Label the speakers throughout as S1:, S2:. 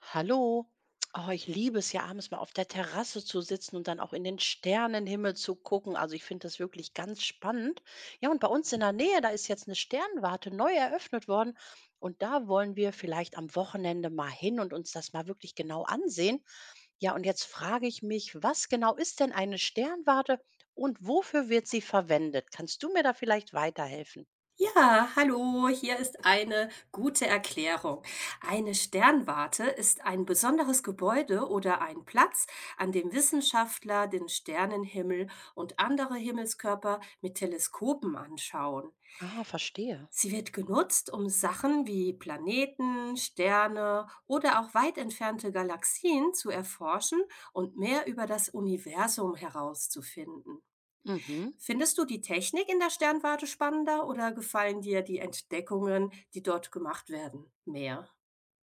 S1: Hallo. Oh, ich liebe es ja abends mal auf der Terrasse zu sitzen und dann auch in den Sternenhimmel zu gucken. Also ich finde das wirklich ganz spannend. Ja, und bei uns in der Nähe, da ist jetzt eine Sternwarte neu eröffnet worden. Und da wollen wir vielleicht am Wochenende mal hin und uns das mal wirklich genau ansehen. Ja, und jetzt frage ich mich, was genau ist denn eine Sternwarte und wofür wird sie verwendet? Kannst du mir da vielleicht weiterhelfen?
S2: Ja, hallo, hier ist eine gute Erklärung. Eine Sternwarte ist ein besonderes Gebäude oder ein Platz, an dem Wissenschaftler den Sternenhimmel und andere Himmelskörper mit Teleskopen anschauen.
S1: Ah, verstehe.
S2: Sie wird genutzt, um Sachen wie Planeten, Sterne oder auch weit entfernte Galaxien zu erforschen und mehr über das Universum herauszufinden.
S1: Mhm.
S2: Findest du die Technik in der Sternwarte spannender oder gefallen dir die Entdeckungen, die dort gemacht werden, mehr?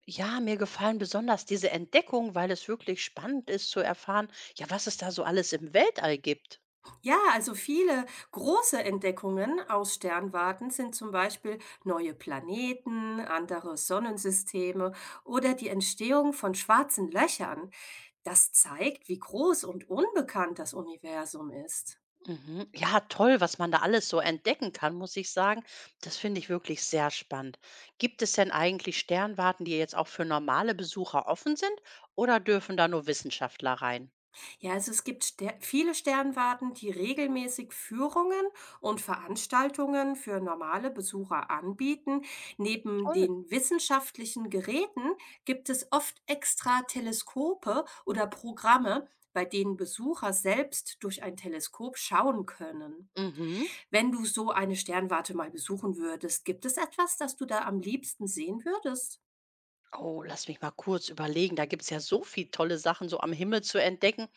S1: Ja, mir gefallen besonders diese Entdeckungen, weil es wirklich spannend ist zu erfahren, ja, was es da so alles im Weltall gibt.
S2: Ja, also viele große Entdeckungen aus Sternwarten sind zum Beispiel neue Planeten, andere Sonnensysteme oder die Entstehung von schwarzen Löchern. Das zeigt, wie groß und unbekannt das Universum ist.
S1: Mhm. Ja, toll, was man da alles so entdecken kann, muss ich sagen. Das finde ich wirklich sehr spannend. Gibt es denn eigentlich Sternwarten, die jetzt auch für normale Besucher offen sind oder dürfen da nur Wissenschaftler rein?
S2: Ja, also es gibt Ster viele Sternwarten, die regelmäßig Führungen und Veranstaltungen für normale Besucher anbieten. Neben
S1: Toll.
S2: den wissenschaftlichen Geräten gibt es oft extra Teleskope oder Programme, bei denen Besucher selbst durch ein Teleskop schauen können.
S1: Mhm.
S2: Wenn du so eine Sternwarte mal besuchen würdest, gibt es etwas, das du da am liebsten sehen würdest?
S1: Oh, lass mich mal kurz überlegen. Da gibt es ja so viel tolle Sachen so am Himmel zu entdecken.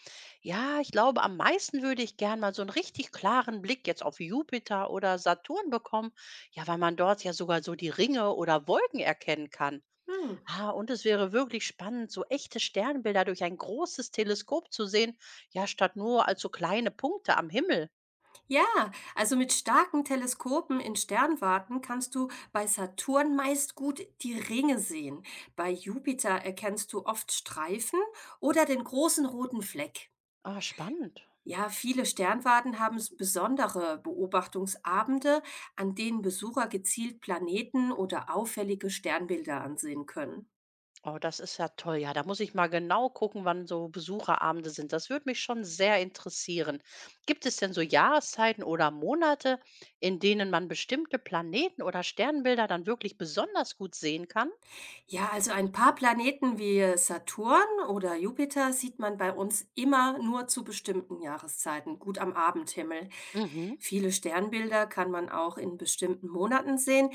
S1: Ja, ich glaube, am meisten würde ich gern mal so einen richtig klaren Blick jetzt auf Jupiter oder Saturn bekommen. Ja, weil man dort ja sogar so die Ringe oder Wolken erkennen kann.
S2: Hm.
S1: Ah, und es wäre wirklich spannend, so echte Sternbilder durch ein großes Teleskop zu sehen. Ja, statt nur als so kleine Punkte am Himmel.
S2: Ja, also mit starken Teleskopen in Sternwarten kannst du bei Saturn meist gut die Ringe sehen. Bei Jupiter erkennst du oft Streifen oder den großen roten Fleck.
S1: Ah, spannend.
S2: Ja, viele Sternwarten haben besondere Beobachtungsabende, an denen Besucher gezielt Planeten oder auffällige Sternbilder ansehen können.
S1: Oh, das ist ja toll. Ja, da muss ich mal genau gucken, wann so Besucherabende sind. Das würde mich schon sehr interessieren. Gibt es denn so Jahreszeiten oder Monate, in denen man bestimmte Planeten oder Sternbilder dann wirklich besonders gut sehen kann?
S2: Ja, also ein paar Planeten wie Saturn oder Jupiter sieht man bei uns immer nur zu bestimmten Jahreszeiten, gut am Abendhimmel.
S1: Mhm.
S2: Viele Sternbilder kann man auch in bestimmten Monaten sehen,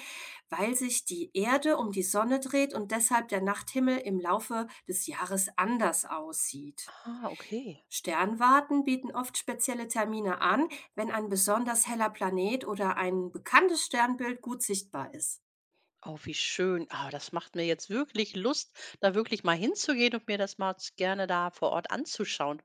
S2: weil sich die Erde um die Sonne dreht und deshalb der Nachthimmel im Laufe des Jahres anders aussieht.
S1: Ah, okay.
S2: Sternwarten bieten oft spezielle Termine an, wenn ein besonders heller Planet oder ein bekanntes Sternbild gut sichtbar ist.
S1: Oh, wie schön. Ah, das macht mir jetzt wirklich Lust, da wirklich mal hinzugehen und mir das mal gerne da vor Ort anzuschauen,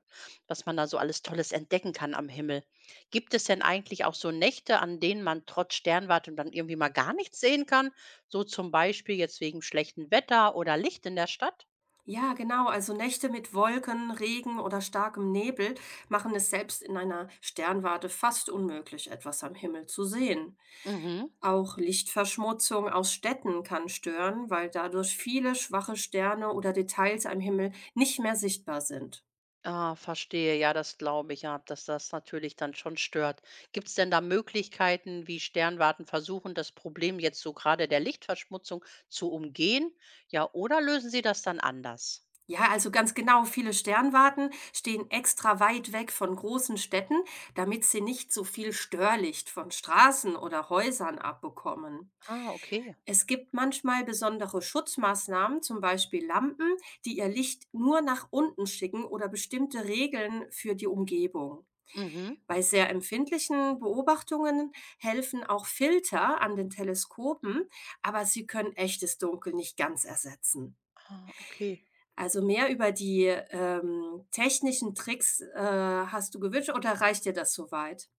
S1: was man da so alles Tolles entdecken kann am Himmel. Gibt es denn eigentlich auch so Nächte, an denen man trotz Sternwarte dann irgendwie mal gar nichts sehen kann? So zum Beispiel jetzt wegen schlechtem Wetter oder Licht in der Stadt?
S2: Ja, genau. Also Nächte mit Wolken, Regen oder starkem Nebel machen es selbst in einer Sternwarte fast unmöglich, etwas am Himmel zu sehen.
S1: Mhm.
S2: Auch Lichtverschmutzung aus Städten kann stören, weil dadurch viele schwache Sterne oder Details am Himmel nicht mehr sichtbar sind.
S1: Ah, verstehe. Ja, das glaube ich, ja, dass das natürlich dann schon stört. Gibt es denn da Möglichkeiten, wie Sternwarten versuchen, das Problem jetzt so gerade der Lichtverschmutzung zu umgehen? Ja, oder lösen sie das dann anders?
S2: Ja, also ganz genau, viele Sternwarten stehen extra weit weg von großen Städten, damit sie nicht so viel Störlicht von Straßen oder Häusern abbekommen.
S1: Ah, okay.
S2: Es gibt manchmal besondere Schutzmaßnahmen, zum Beispiel Lampen, die ihr Licht nur nach unten schicken oder bestimmte Regeln für die Umgebung.
S1: Mhm.
S2: Bei sehr empfindlichen Beobachtungen helfen auch Filter an den Teleskopen, aber sie können echtes Dunkel nicht ganz ersetzen.
S1: Ah, okay.
S2: Also mehr über die technischen Tricks hast du gewünscht oder reicht dir das soweit?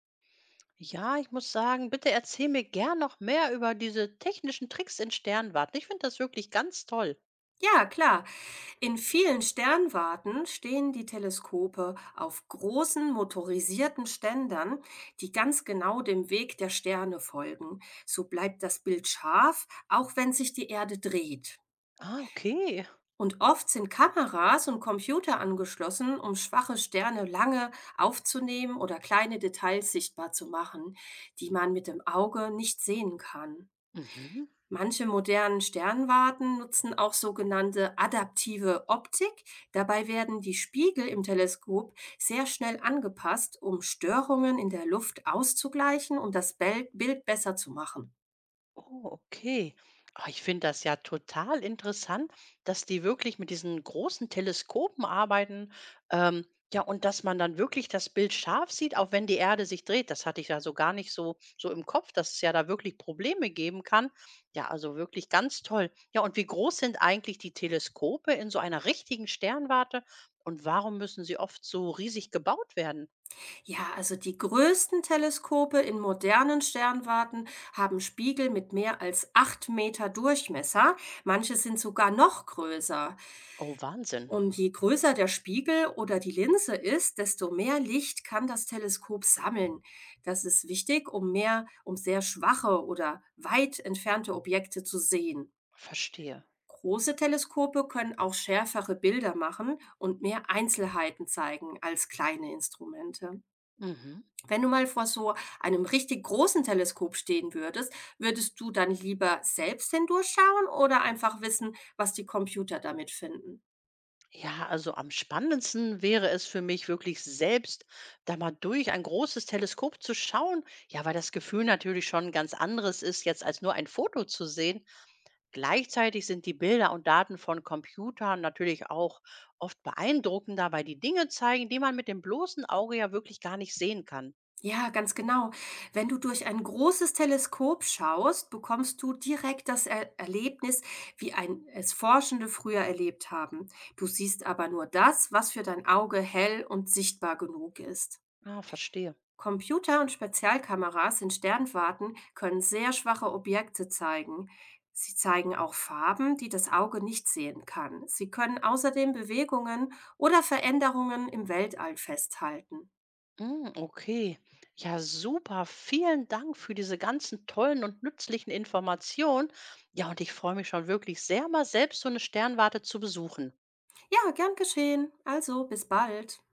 S1: Ja, ich muss sagen, bitte erzähl mir gern noch mehr über diese technischen Tricks in Sternwarten. Ich finde das wirklich ganz toll.
S2: Ja, klar. In vielen Sternwarten stehen die Teleskope auf großen motorisierten Ständern, die ganz genau dem Weg der Sterne folgen. So bleibt das Bild scharf, auch wenn sich die Erde dreht.
S1: Ah, okay.
S2: Und oft sind Kameras und Computer angeschlossen, um schwache Sterne lange aufzunehmen oder kleine Details sichtbar zu machen, die man mit dem Auge nicht sehen kann.
S1: Mhm.
S2: Manche modernen Sternwarten nutzen auch sogenannte adaptive Optik. Dabei werden die Spiegel im Teleskop sehr schnell angepasst, um Störungen in der Luft auszugleichen und das Bild besser zu machen.
S1: Oh, okay. Ah, ich finde das ja total interessant, dass die wirklich mit diesen großen Teleskopen arbeiten. Ähm, ja, und dass man dann wirklich das Bild scharf sieht, auch wenn die Erde sich dreht. Das hatte ich ja so gar nicht so im Kopf, dass es ja da wirklich Probleme geben kann. Ja, also wirklich ganz toll. Ja, und wie groß sind eigentlich die Teleskope in so einer richtigen Sternwarte? Und warum müssen sie oft so riesig gebaut werden?
S2: Ja, also die größten Teleskope in modernen Sternwarten haben Spiegel mit mehr als 8 Meter Durchmesser. Manche sind sogar noch größer.
S1: Oh, Wahnsinn.
S2: Und je größer der Spiegel oder die Linse ist, desto mehr Licht kann das Teleskop sammeln. Das ist wichtig, um sehr schwache oder weit entfernte Objekte zu sehen.
S1: Verstehe.
S2: Große Teleskope können auch schärfere Bilder machen und mehr Einzelheiten zeigen als kleine Instrumente.
S1: Mhm.
S2: Wenn du mal vor so einem richtig großen Teleskop stehen würdest, würdest du dann lieber selbst hindurchschauen oder einfach wissen, was die Computer damit finden?
S1: Ja, also am spannendsten wäre es für mich wirklich selbst, da mal durch ein großes Teleskop zu schauen. Ja, weil das Gefühl natürlich schon ein ganz anderes ist, jetzt als nur ein Foto zu sehen. Gleichzeitig sind die Bilder und Daten von Computern natürlich auch oft beeindruckender, weil die Dinge zeigen, die man mit dem bloßen Auge ja wirklich gar nicht sehen kann.
S2: Ja, ganz genau. Wenn du durch ein großes Teleskop schaust, bekommst du direkt das Er Erlebnis, wie ein es Forschende früher erlebt haben. Du siehst aber nur das, was für dein Auge hell und sichtbar genug ist.
S1: Ah, verstehe.
S2: Computer und Spezialkameras in Sternwarten können sehr schwache Objekte zeigen. Sie zeigen auch Farben, die das Auge nicht sehen kann. Sie können außerdem Bewegungen oder Veränderungen im Weltall festhalten.
S1: Mm, okay. Ja, super. Vielen Dank für diese ganzen tollen und nützlichen Informationen. Ja, und ich freue mich schon wirklich sehr, mal selbst so eine Sternwarte zu besuchen.
S2: Ja, gern geschehen. Also, bis bald.